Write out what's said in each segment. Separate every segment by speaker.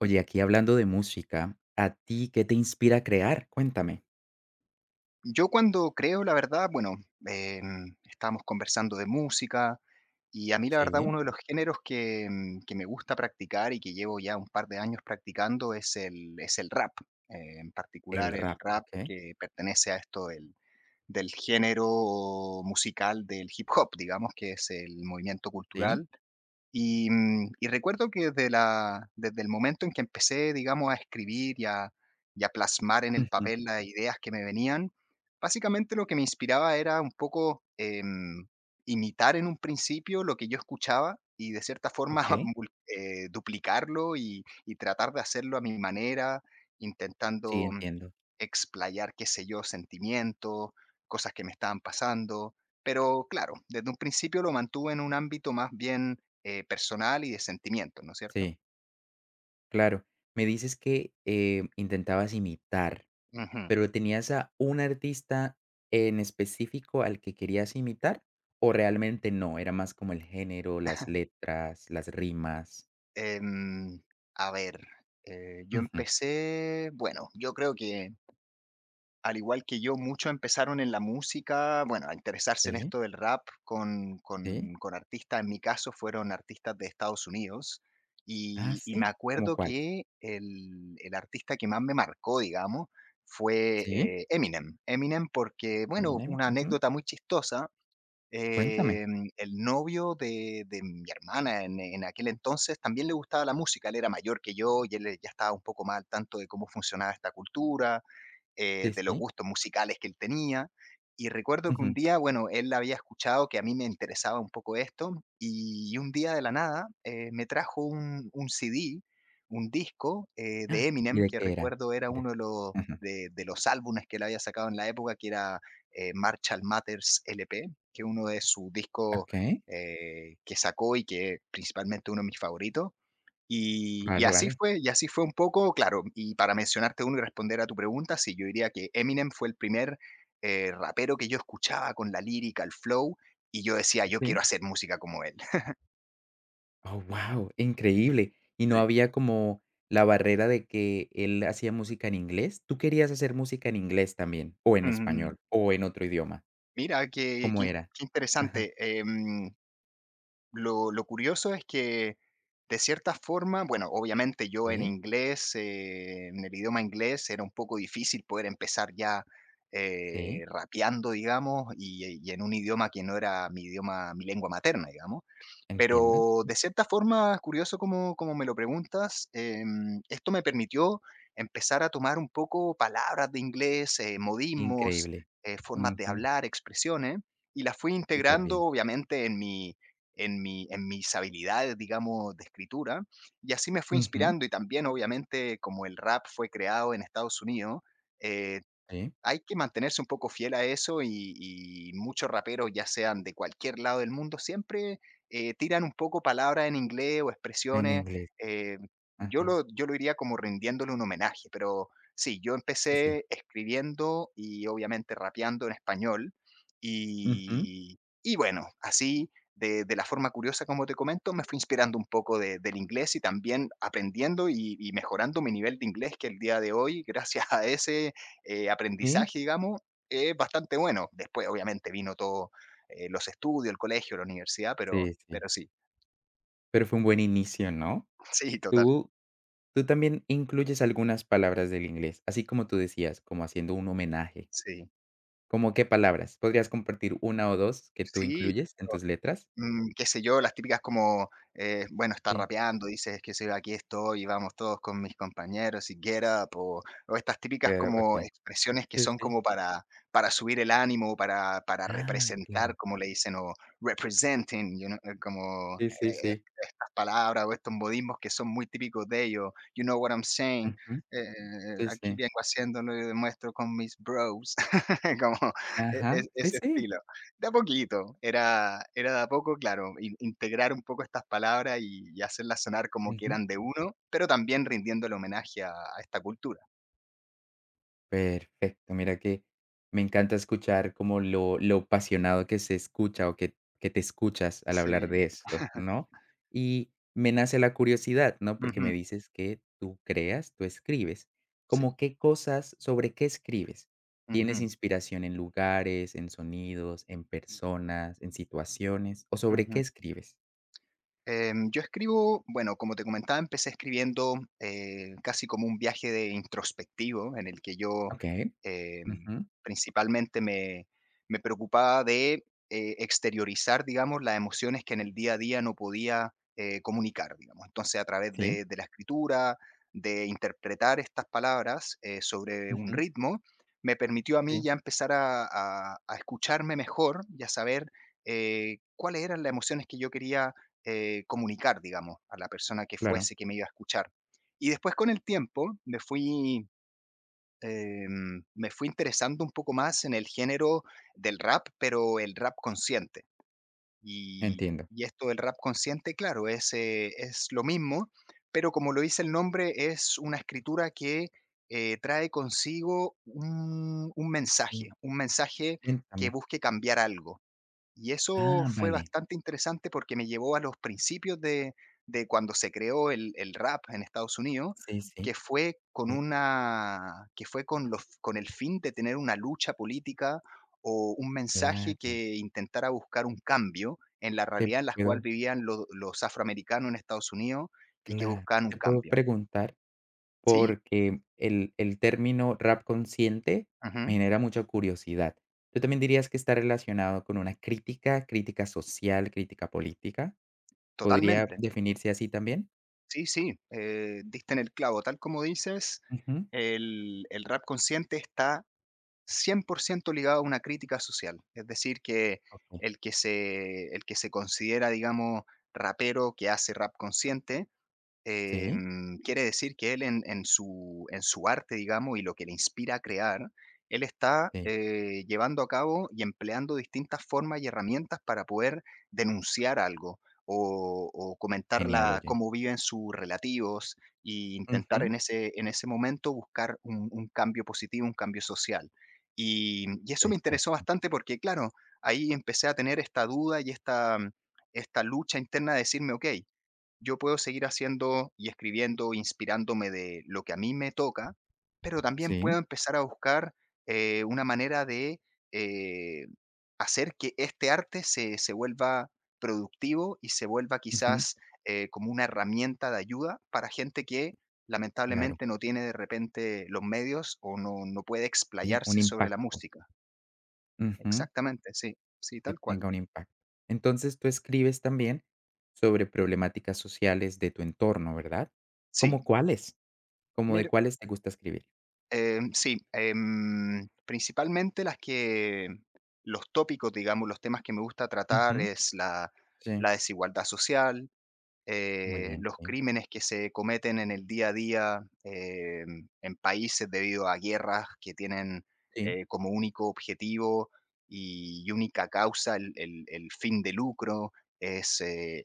Speaker 1: Oye, aquí hablando de música, ¿a ti qué te inspira a crear? Cuéntame.
Speaker 2: Yo cuando creo, la verdad, bueno, estábamos conversando de música y a mí la verdad
Speaker 1: Sí.
Speaker 2: uno de los géneros que me gusta practicar y que llevo ya un par de años practicando es el rap. En
Speaker 1: El
Speaker 2: particular el
Speaker 1: rap,
Speaker 2: rap
Speaker 1: ¿ok?
Speaker 2: que pertenece a esto del género musical del hip hop, digamos, que es el movimiento
Speaker 1: Sí.
Speaker 2: cultural y recuerdo que desde el momento en que empecé, digamos, a escribir y a plasmar en el
Speaker 1: Ujú,
Speaker 2: papel las ideas que me venían, básicamente lo que me inspiraba era un poco, imitar en un principio lo que yo escuchaba y de cierta forma
Speaker 1: okey.
Speaker 2: mul duplicarlo y tratar de hacerlo a mi manera,
Speaker 1: Sí,
Speaker 2: intentando
Speaker 1: entiendo.
Speaker 2: explayar, qué sé yo, sentimientos, cosas que me estaban pasando, pero claro, desde un principio lo mantuve en un ámbito más bien personal y de sentimientos, ¿no es cierto?
Speaker 1: Sí, claro. Me dices que, intentabas imitar,
Speaker 2: Ujú.
Speaker 1: pero ¿tenías a un artista en específico al que querías imitar o realmente no? Era más como el género, las letras, las rimas.
Speaker 2: Em, a ver, yo
Speaker 1: Ujú.
Speaker 2: empecé, bueno, yo creo que al igual que yo, muchos empezaron en la música, bueno, a interesarse en
Speaker 1: Sí,
Speaker 2: esto del rap con,
Speaker 1: sí.
Speaker 2: con, con artistas, en mi caso fueron artistas de Estados Unidos,
Speaker 1: Ah,
Speaker 2: y me
Speaker 1: sí, ¿cómo
Speaker 2: acuerdo
Speaker 1: cuáles?
Speaker 2: que el artista que más me marcó, digamos, fue
Speaker 1: Sí,
Speaker 2: Eminem. Eminem porque, bueno,
Speaker 1: Eminem,
Speaker 2: una
Speaker 1: ujú.
Speaker 2: anécdota muy chistosa.
Speaker 1: Cuéntame.
Speaker 2: eh, el novio de mi hermana en aquel entonces también le gustaba la música. Él era mayor que yo y él ya estaba un poco más al tanto de cómo funcionaba esta cultura,
Speaker 1: Sí,
Speaker 2: de los
Speaker 1: sí.
Speaker 2: gustos musicales que él tenía. Y recuerdo que un
Speaker 1: Ujú.
Speaker 2: día, bueno, él había escuchado que a mí me interesaba un poco esto y un día de la nada me trajo un CD, un disco
Speaker 1: Ah,
Speaker 2: de
Speaker 1: ¿y
Speaker 2: Eminem,
Speaker 1: de
Speaker 2: que
Speaker 1: qué era?
Speaker 2: recuerdo era
Speaker 1: De
Speaker 2: uno de los,
Speaker 1: ujú,
Speaker 2: de, de los álbumes que él había sacado en la época, que era Marshall Matters LP, que uno de sus discos
Speaker 1: okey,
Speaker 2: que sacó y que principalmente uno de mis favoritos. Y
Speaker 1: vale,
Speaker 2: así
Speaker 1: vale.
Speaker 2: fue, y así fue un poco, claro, y para mencionarte uno y responder a tu pregunta, sí, yo diría que Eminem fue el primer, rapero que yo escuchaba con la lírica, el flow, y yo decía: "Yo
Speaker 1: Sí.
Speaker 2: quiero hacer música como él".
Speaker 1: Oh, wow, increíble. Y no
Speaker 2: Sí.
Speaker 1: había como la barrera de que él hacía música en inglés. ¿Tú querías hacer música en inglés también, o en español,
Speaker 2: Ujú.
Speaker 1: o en otro idioma?
Speaker 2: Mira, qué
Speaker 1: ¿Cómo
Speaker 2: qué in-
Speaker 1: era?
Speaker 2: qué interesante.
Speaker 1: Ajá,
Speaker 2: Lo curioso es que de cierta forma, bueno, obviamente yo en
Speaker 1: sí,
Speaker 2: inglés, en el idioma inglés, era un poco difícil poder empezar ya
Speaker 1: sí,
Speaker 2: rapeando, digamos, y en un idioma que no era mi idioma, mi lengua materna, digamos,
Speaker 1: entiendo,
Speaker 2: pero de cierta forma, curioso como me lo preguntas, esto me permitió empezar a tomar un poco palabras de inglés, modismos,
Speaker 1: increíble.
Speaker 2: formas de
Speaker 1: Ujú,
Speaker 2: hablar, expresiones, y las fui
Speaker 1: súper
Speaker 2: integrando
Speaker 1: bien.
Speaker 2: obviamente en mis habilidades, digamos, de escritura, y así me fui
Speaker 1: Ujú,
Speaker 2: inspirando y también obviamente como el rap fue creado en Estados Unidos, eh,
Speaker 1: sí,
Speaker 2: hay que mantenerse un poco fiel a eso y muchos raperos, ya sean de cualquier lado del mundo, siempre, tiran un poco palabras en inglés o
Speaker 1: en
Speaker 2: expresiones,
Speaker 1: inglés,
Speaker 2: eh, yo
Speaker 1: ajá,
Speaker 2: lo yo lo iría como rindiéndole un homenaje, pero sí, yo
Speaker 1: sí, sí.
Speaker 2: empecé escribiendo y obviamente rapeando en español,
Speaker 1: Ujú,
Speaker 2: y bueno, así de la forma curiosa, como te comento, me fui inspirando un poco de del inglés y también aprendiendo y mejorando mi nivel de inglés, que el día de hoy, gracias a ese
Speaker 1: sí,
Speaker 2: aprendizaje, digamos, es bastante bueno. Después, obviamente, vino todo los estudios, el colegio, la universidad, pero,
Speaker 1: sí, sí,
Speaker 2: pero sí,
Speaker 1: pero fue un buen inicio, ¿no?
Speaker 2: sí, total,
Speaker 1: Tú Tú también incluyes algunas palabras del inglés, así como tú decías, como haciendo un homenaje.
Speaker 2: sí,
Speaker 1: ¿Cómo qué palabras? ¿Podrías compartir una o 2 que tú
Speaker 2: sí.
Speaker 1: incluyes en tus letras?
Speaker 2: Qué sé yo, las típicas como, bueno, está
Speaker 1: Sí,
Speaker 2: rapeando, dices, qué sé yo, aquí estoy, vamos todos con mis compañeros y get up, o estas típicas
Speaker 1: claro,
Speaker 2: como
Speaker 1: okey.
Speaker 2: expresiones que
Speaker 1: Sí,
Speaker 2: son
Speaker 1: sí.
Speaker 2: como para subir el ánimo, para
Speaker 1: Ah,
Speaker 2: representar,
Speaker 1: claro.
Speaker 2: como le dicen, o representing, you know, como
Speaker 1: Sí, sí, sí.
Speaker 2: estas palabras o estos modismos que son muy típicos de ellos, you know what I'm saying,
Speaker 1: Ujú.
Speaker 2: eh,
Speaker 1: Sí,
Speaker 2: aquí
Speaker 1: sí.
Speaker 2: vengo haciéndolo y demuestro con mis bros, como
Speaker 1: Ajá. Sí,
Speaker 2: ese
Speaker 1: sí.
Speaker 2: estilo. De a poquito, era de a poco, claro, in integrar un poco estas palabras y hacerlas sonar como que
Speaker 1: Ujú.
Speaker 2: eran de uno, pero también rindiendo el homenaje a esta cultura.
Speaker 1: Perfecto, mira que me encanta escuchar como lo apasionado que se escucha o que te escuchas al hablar
Speaker 2: Sí,
Speaker 1: de esto, ¿no? Y me nace la curiosidad, ¿no? Porque me
Speaker 2: ujú,
Speaker 1: dices que tú creas, tú escribes.
Speaker 2: sí,
Speaker 1: ¿Como qué cosas, sobre qué escribes? ¿Tienes
Speaker 2: ujú,
Speaker 1: inspiración en lugares, en sonidos, en personas, en situaciones? ¿O sobre qué
Speaker 2: ujú.
Speaker 1: escribes?
Speaker 2: Yo escribo, bueno, como te comentaba, empecé escribiendo casi como un viaje de introspectivo en el que yo
Speaker 1: Ok.
Speaker 2: em,
Speaker 1: Ujú.
Speaker 2: principalmente me preocupaba de exteriorizar, digamos, las emociones que en el día a día no podía comunicar, digamos. Entonces, a través
Speaker 1: Sí.
Speaker 2: de la escritura, de interpretar estas palabras sobre un
Speaker 1: Ujú.
Speaker 2: ritmo, me permitió a mí
Speaker 1: Sí,
Speaker 2: ya empezar a escucharme mejor y a saber cuáles eran las emociones que yo quería comunicar, digamos, a la persona que
Speaker 1: claro.
Speaker 2: fuese que me iba a escuchar. Y después con el tiempo me fui, me fui interesando un poco más en el género del rap, pero el rap consciente. Y,
Speaker 1: Entiendo.
Speaker 2: y esto del rap consciente, claro, es lo mismo, pero como lo dice el nombre, es una escritura que trae consigo un mensaje,
Speaker 1: Sí.
Speaker 2: un mensaje que
Speaker 1: Cuéntame.
Speaker 2: busque cambiar algo. Y eso
Speaker 1: Ah,
Speaker 2: fue
Speaker 1: vale.
Speaker 2: bastante interesante porque me llevó a los principios de cuando se creó el rap en Estados Unidos,
Speaker 1: Sí, sí.
Speaker 2: que fue con
Speaker 1: Eh,
Speaker 2: una que fue con los con el fin de tener una lucha política o un mensaje
Speaker 1: claro,
Speaker 2: que intentara buscar un cambio en la
Speaker 1: te
Speaker 2: realidad en la cual
Speaker 1: puedo
Speaker 2: vivían lo los afroamericanos en Estados Unidos y que
Speaker 1: claro,
Speaker 2: buscaban un
Speaker 1: te puedo
Speaker 2: cambio.
Speaker 1: preguntar
Speaker 2: Sí,
Speaker 1: porque el término rap consciente me
Speaker 2: ujú,
Speaker 1: genera mucha curiosidad. ¿Tú también dirías que está relacionado con una crítica, crítica social, crítica política? ¿Podría
Speaker 2: totalmente.
Speaker 1: definirse así también?
Speaker 2: Sí, sí, diste en el clavo. Tal como dices,
Speaker 1: Ujú,
Speaker 2: el rap consciente está 100% ligado a una crítica social. Es decir, que
Speaker 1: okey.
Speaker 2: el que se considera, digamos, rapero, que hace rap consciente,
Speaker 1: Sí,
Speaker 2: Quiere decir que él en su arte, digamos, y lo que le inspira a crear, él está
Speaker 1: sí,
Speaker 2: llevando a cabo y empleando distintas formas y herramientas para poder denunciar algo o comentar
Speaker 1: genial, oye.
Speaker 2: cómo viven sus relativos e
Speaker 1: Ujú,
Speaker 2: intentar en ese momento buscar un cambio positivo, un cambio social. Y eso me interesó
Speaker 1: perfecto.
Speaker 2: bastante porque, claro, ahí empecé a tener esta duda y esta lucha interna de decirme, ok, yo puedo seguir haciendo y escribiendo, inspirándome de lo que a mí me toca, pero también
Speaker 1: Sí,
Speaker 2: puedo empezar a buscar una manera de eh, hacer que este arte se vuelva productivo y se vuelva
Speaker 1: ujú,
Speaker 2: quizás como una herramienta de ayuda para gente que
Speaker 1: claro,
Speaker 2: lamentablemente no tiene de repente los medios o no puede
Speaker 1: sí, un
Speaker 2: explayarse sobre la
Speaker 1: impacto.
Speaker 2: música.
Speaker 1: Ujú.
Speaker 2: Exactamente, sí, sí,
Speaker 1: Que
Speaker 2: tal cual.
Speaker 1: tenga un impacto. Entonces, tú escribes también sobre problemáticas sociales de tu entorno, ¿verdad?
Speaker 2: Sí,
Speaker 1: ¿Cómo cuáles? ¿Cómo de
Speaker 2: mira,
Speaker 1: cuáles te gusta escribir?
Speaker 2: Sí, principalmente las que los tópicos, digamos, los temas que me gusta tratar
Speaker 1: Ujú,
Speaker 2: es la,
Speaker 1: sí,
Speaker 2: la desigualdad social,
Speaker 1: muy bien,
Speaker 2: los
Speaker 1: sí,
Speaker 2: crímenes que se cometen en el día a día en países debido a guerras que tienen
Speaker 1: sí.
Speaker 2: como único objetivo y única causa el fin de lucro, es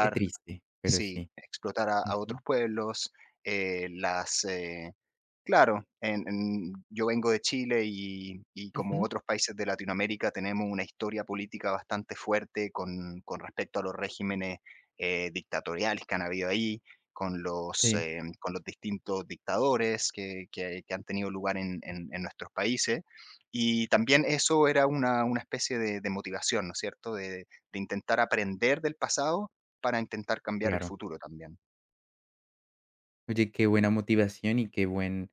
Speaker 1: Qué triste, pero
Speaker 2: sí,
Speaker 1: sí.
Speaker 2: explotar a otros
Speaker 1: Ujú,
Speaker 2: pueblos, eh, las... eh, claro, en yo vengo de Chile y como
Speaker 1: ujú,
Speaker 2: otros países de Latinoamérica tenemos una historia política bastante fuerte con respecto a los regímenes, dictatoriales que han habido ahí, con los,
Speaker 1: sí,
Speaker 2: eh, con los distintos dictadores que han tenido lugar en nuestros países. Y también eso era una especie de motivación, ¿no es cierto? De intentar aprender del pasado para intentar cambiar el
Speaker 1: claro.
Speaker 2: futuro también.
Speaker 1: Oye, qué buena motivación y qué buen,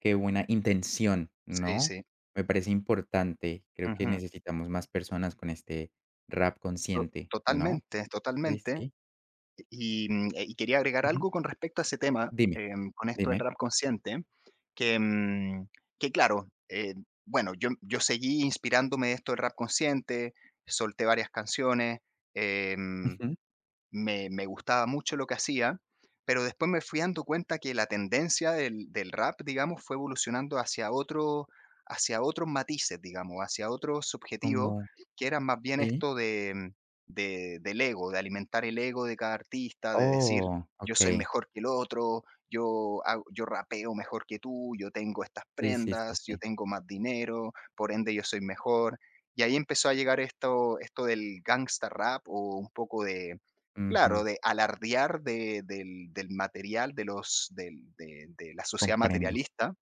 Speaker 1: qué buena intención,
Speaker 2: Sí,
Speaker 1: ¿no?
Speaker 2: sí.
Speaker 1: Me parece importante. Creo que
Speaker 2: Ujú.
Speaker 1: necesitamos más personas con este rap
Speaker 2: To
Speaker 1: consciente, ¿no?
Speaker 2: totalmente,
Speaker 1: Sí,
Speaker 2: totalmente.
Speaker 1: sí.
Speaker 2: Y quería agregar
Speaker 1: Ujú.
Speaker 2: algo con respecto a ese tema,
Speaker 1: Dime,
Speaker 2: con esto del
Speaker 1: dime.
Speaker 2: rap consciente, que, mm, que claro, bueno, yo seguí inspirándome de esto del rap consciente, solté varias canciones, em,
Speaker 1: Ujú.
Speaker 2: me gustaba mucho lo que hacía, pero después me fui dando cuenta que la tendencia del rap, digamos, fue evolucionando hacia otros matices, digamos, hacia otros objetivos,
Speaker 1: Como
Speaker 2: que eran más bien
Speaker 1: Sí.
Speaker 2: esto de del ego, de alimentar el ego de cada artista, de decir:
Speaker 1: Oh,
Speaker 2: "Yo soy
Speaker 1: okey.
Speaker 2: mejor que el otro, yo rapeo mejor que tú, yo tengo estas
Speaker 1: Sí, sí, sí,
Speaker 2: prendas, yo
Speaker 1: sí.
Speaker 2: tengo más dinero, por ende yo soy mejor". Y ahí empezó a llegar esto del gangsta rap o un poco de, claro,
Speaker 1: Ujú,
Speaker 2: de alardear de del del material, de los del de la sociedad
Speaker 1: comprendo.
Speaker 2: materialista,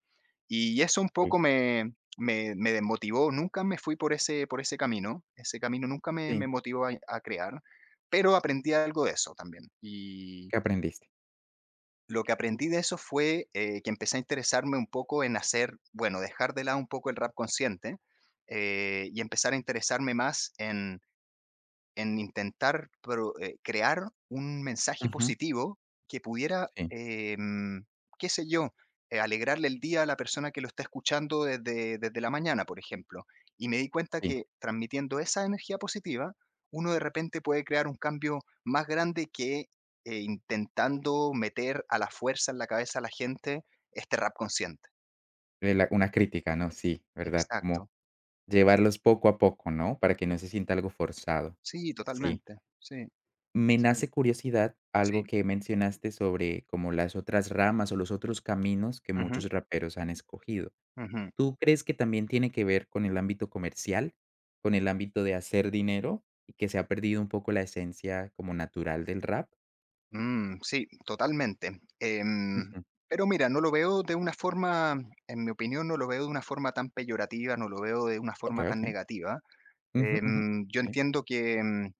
Speaker 2: y eso un
Speaker 1: Sí,
Speaker 2: poco me desmotivó, nunca me fui por ese camino, ese camino nunca me
Speaker 1: sí.
Speaker 2: me motivó a crear, pero aprendí algo de eso también. Y
Speaker 1: ¿Qué aprendiste?
Speaker 2: lo que aprendí de eso fue, que empecé a interesarme un poco en hacer, bueno, dejar de lado un poco el rap consciente, y empezar a interesarme más en intentar pro crear un mensaje
Speaker 1: Ujú.
Speaker 2: positivo que pudiera,
Speaker 1: Sí,
Speaker 2: qué sé yo, alegrarle el día a la persona que lo está escuchando desde la mañana, por ejemplo. Y me di cuenta
Speaker 1: sí.
Speaker 2: que transmitiendo esa energía positiva, uno de repente puede crear un cambio más grande que, intentando meter a la fuerza en la cabeza a la gente este rap consciente.
Speaker 1: De la una crítica, ¿no? Sí, ¿verdad? Como
Speaker 2: Exacto.
Speaker 1: llevarlos poco a poco, ¿no? Para que no se sienta algo forzado.
Speaker 2: Sí,
Speaker 1: Sí.
Speaker 2: totalmente. Sí,
Speaker 1: Me
Speaker 2: sí,
Speaker 1: nace curiosidad algo
Speaker 2: sí.
Speaker 1: que mencionaste sobre como las otras ramas o los otros caminos que
Speaker 2: Ujú,
Speaker 1: muchos raperos han escogido.
Speaker 2: ujú.
Speaker 1: ¿Tú crees que también tiene que ver con el ámbito comercial, con el ámbito de hacer dinero y que se ha perdido un poco la esencia como natural del rap?
Speaker 2: Mm, sí, totalmente.
Speaker 1: Ujú.
Speaker 2: Pero mira, no lo veo de una forma, en mi opinión, no lo veo de una forma tan peyorativa, no lo veo de una
Speaker 1: Okey,
Speaker 2: forma tan
Speaker 1: okey.
Speaker 2: negativa.
Speaker 1: Ujú, ujú.
Speaker 2: Yo
Speaker 1: Sí,
Speaker 2: entiendo que,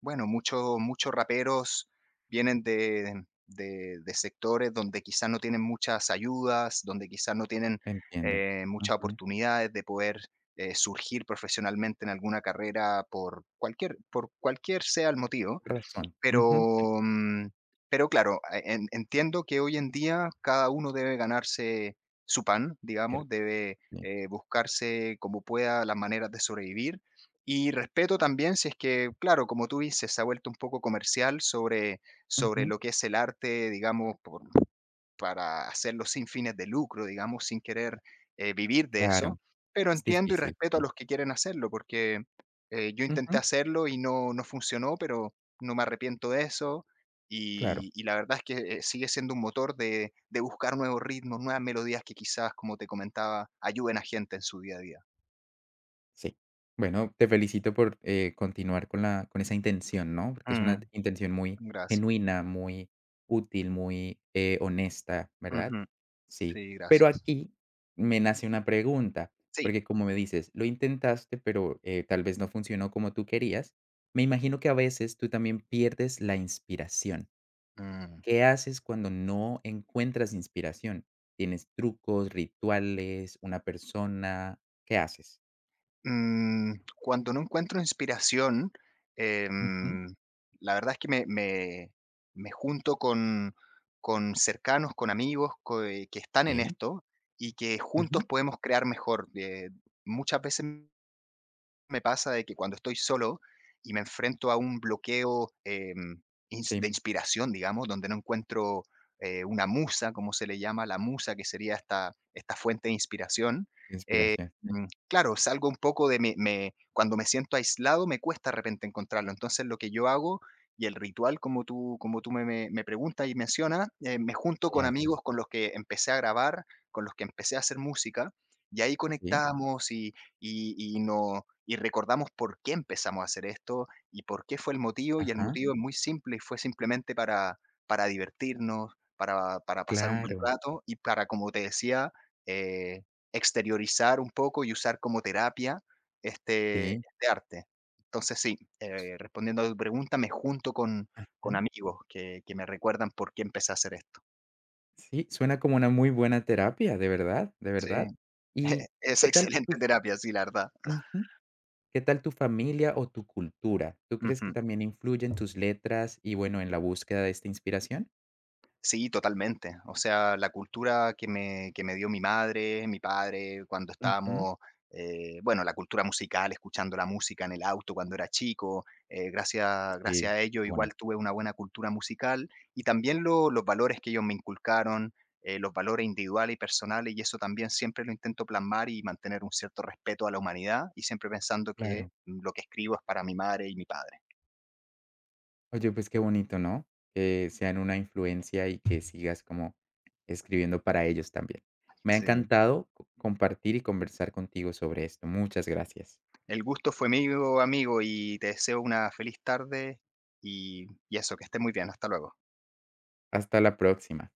Speaker 2: bueno, muchos raperos vienen de de sectores donde quizás no tienen muchas ayudas, donde quizás no tienen
Speaker 1: entiendo.
Speaker 2: muchas
Speaker 1: Ujú.
Speaker 2: oportunidades de poder surgir profesionalmente en alguna carrera por cualquier sea el motivo.
Speaker 1: Razón. Ujú. Sí,
Speaker 2: Pero, mm, pero claro, a en entiendo que hoy en día cada uno debe ganarse su pan, digamos,
Speaker 1: cierto.
Speaker 2: debe,
Speaker 1: Sí.
Speaker 2: buscarse como pueda las maneras de sobrevivir. Y respeto también si es que, claro, como tú dices, se ha vuelto un poco comercial sobre
Speaker 1: Ujú.
Speaker 2: lo que es el arte, digamos, por para hacerlo sin fines de lucro, digamos, sin querer, vivir de
Speaker 1: Claro.
Speaker 2: eso, pero
Speaker 1: Es
Speaker 2: entiendo y
Speaker 1: difícil,
Speaker 2: respeto a
Speaker 1: sí.
Speaker 2: los que quieren hacerlo, porque, yo intenté
Speaker 1: Ujú.
Speaker 2: hacerlo y no funcionó, pero no me arrepiento de eso,
Speaker 1: Claro.
Speaker 2: y la verdad es que, sigue siendo un motor de buscar nuevos ritmos, nuevas melodías que quizás, como te comentaba, ayuden a gente en su día a día.
Speaker 1: Sí. Bueno, te felicito por continuar con la con esa intención, ¿no? Porque es una
Speaker 2: Mm,
Speaker 1: intención muy
Speaker 2: gracias.
Speaker 1: genuina, muy útil, muy, honesta, ¿verdad?
Speaker 2: Ujú.
Speaker 1: Sí.
Speaker 2: Sí,
Speaker 1: Pero
Speaker 2: gracias.
Speaker 1: aquí me nace una pregunta,
Speaker 2: Sí.
Speaker 1: porque como me dices, lo intentaste, pero, tal vez no funcionó como tú querías. Me imagino que a veces tú también pierdes la inspiración.
Speaker 2: Mm.
Speaker 1: ¿Qué haces cuando no encuentras inspiración? ¿Tienes trucos, rituales, una persona? ¿Qué haces?
Speaker 2: Mm, cuando no encuentro inspiración,
Speaker 1: Ujú.
Speaker 2: em, la verdad es que me junto con cercanos, con amigos que están en
Speaker 1: Sí.
Speaker 2: esto y que juntos
Speaker 1: Ujú.
Speaker 2: podemos crear mejor. Muchas veces me pasa de que cuando estoy solo y me enfrento a un bloqueo,
Speaker 1: Sí,
Speaker 2: inspiración, digamos, donde no encuentro, una musa, como se le llama, la musa, que sería esta fuente de inspiración, eh,
Speaker 1: inspiración, sí.
Speaker 2: claro, salgo un poco de me me cuando me siento aislado, me cuesta de repente encontrarlo. Entonces, lo que yo hago, y el ritual, como tú me preguntas y mencionas, me junto
Speaker 1: ¿Qué
Speaker 2: con
Speaker 1: haces?
Speaker 2: amigos con los que empecé a grabar, con los que empecé a hacer música, y ahí
Speaker 1: Sí,
Speaker 2: conectamos y no y recordamos por qué empezamos a hacer esto y por qué fue el motivo, y el
Speaker 1: ajá,
Speaker 2: motivo es muy simple, y fue simplemente para divertirnos, para pasar un buen
Speaker 1: claro,
Speaker 2: rato y para, como te decía, eh, exteriorizar un poco y usar como terapia este
Speaker 1: sí.
Speaker 2: este arte. Entonces sí,
Speaker 1: S
Speaker 2: respondiendo a tu pregunta, me junto con
Speaker 1: ujú.
Speaker 2: amigos que me recuerdan por qué empecé a hacer esto.
Speaker 1: Sí, suena como una muy buena terapia, de verdad, de
Speaker 2: Sí,
Speaker 1: verdad. ¿Y
Speaker 2: es
Speaker 1: qué tal tu
Speaker 2: excelente terapia, sí, la verdad.
Speaker 1: ujú, qué tal tu familia o tu cultura? ¿Tú crees que
Speaker 2: Ujú.
Speaker 1: también influye en tus letras y, bueno, en la búsqueda de esta inspiración?
Speaker 2: Sí, totalmente. O sea, la cultura que me dio mi madre, mi padre, cuando
Speaker 1: Ujú.
Speaker 2: estábamos, bueno, la cultura musical, escuchando la música en el auto cuando era chico, gracias
Speaker 1: Sí,
Speaker 2: a ello
Speaker 1: qué
Speaker 2: igual
Speaker 1: bonito.
Speaker 2: tuve una buena cultura musical y también los valores que ellos me inculcaron, los valores individuales y personales, y eso también siempre lo intento plasmar y mantener un cierto respeto a la humanidad y siempre pensando que
Speaker 1: Claro.
Speaker 2: mm, lo que escribo es para mi madre y mi padre.
Speaker 1: Oye, pues qué bonito, ¿no? Que sean una influencia y que sigas como escribiendo para ellos también. Me ha
Speaker 2: Sí.
Speaker 1: encantado co- compartir y conversar contigo sobre esto. Muchas gracias.
Speaker 2: El gusto fue mío, amigo, y te deseo una feliz tarde y eso, que estés muy bien. Hasta luego.
Speaker 1: Hasta la próxima.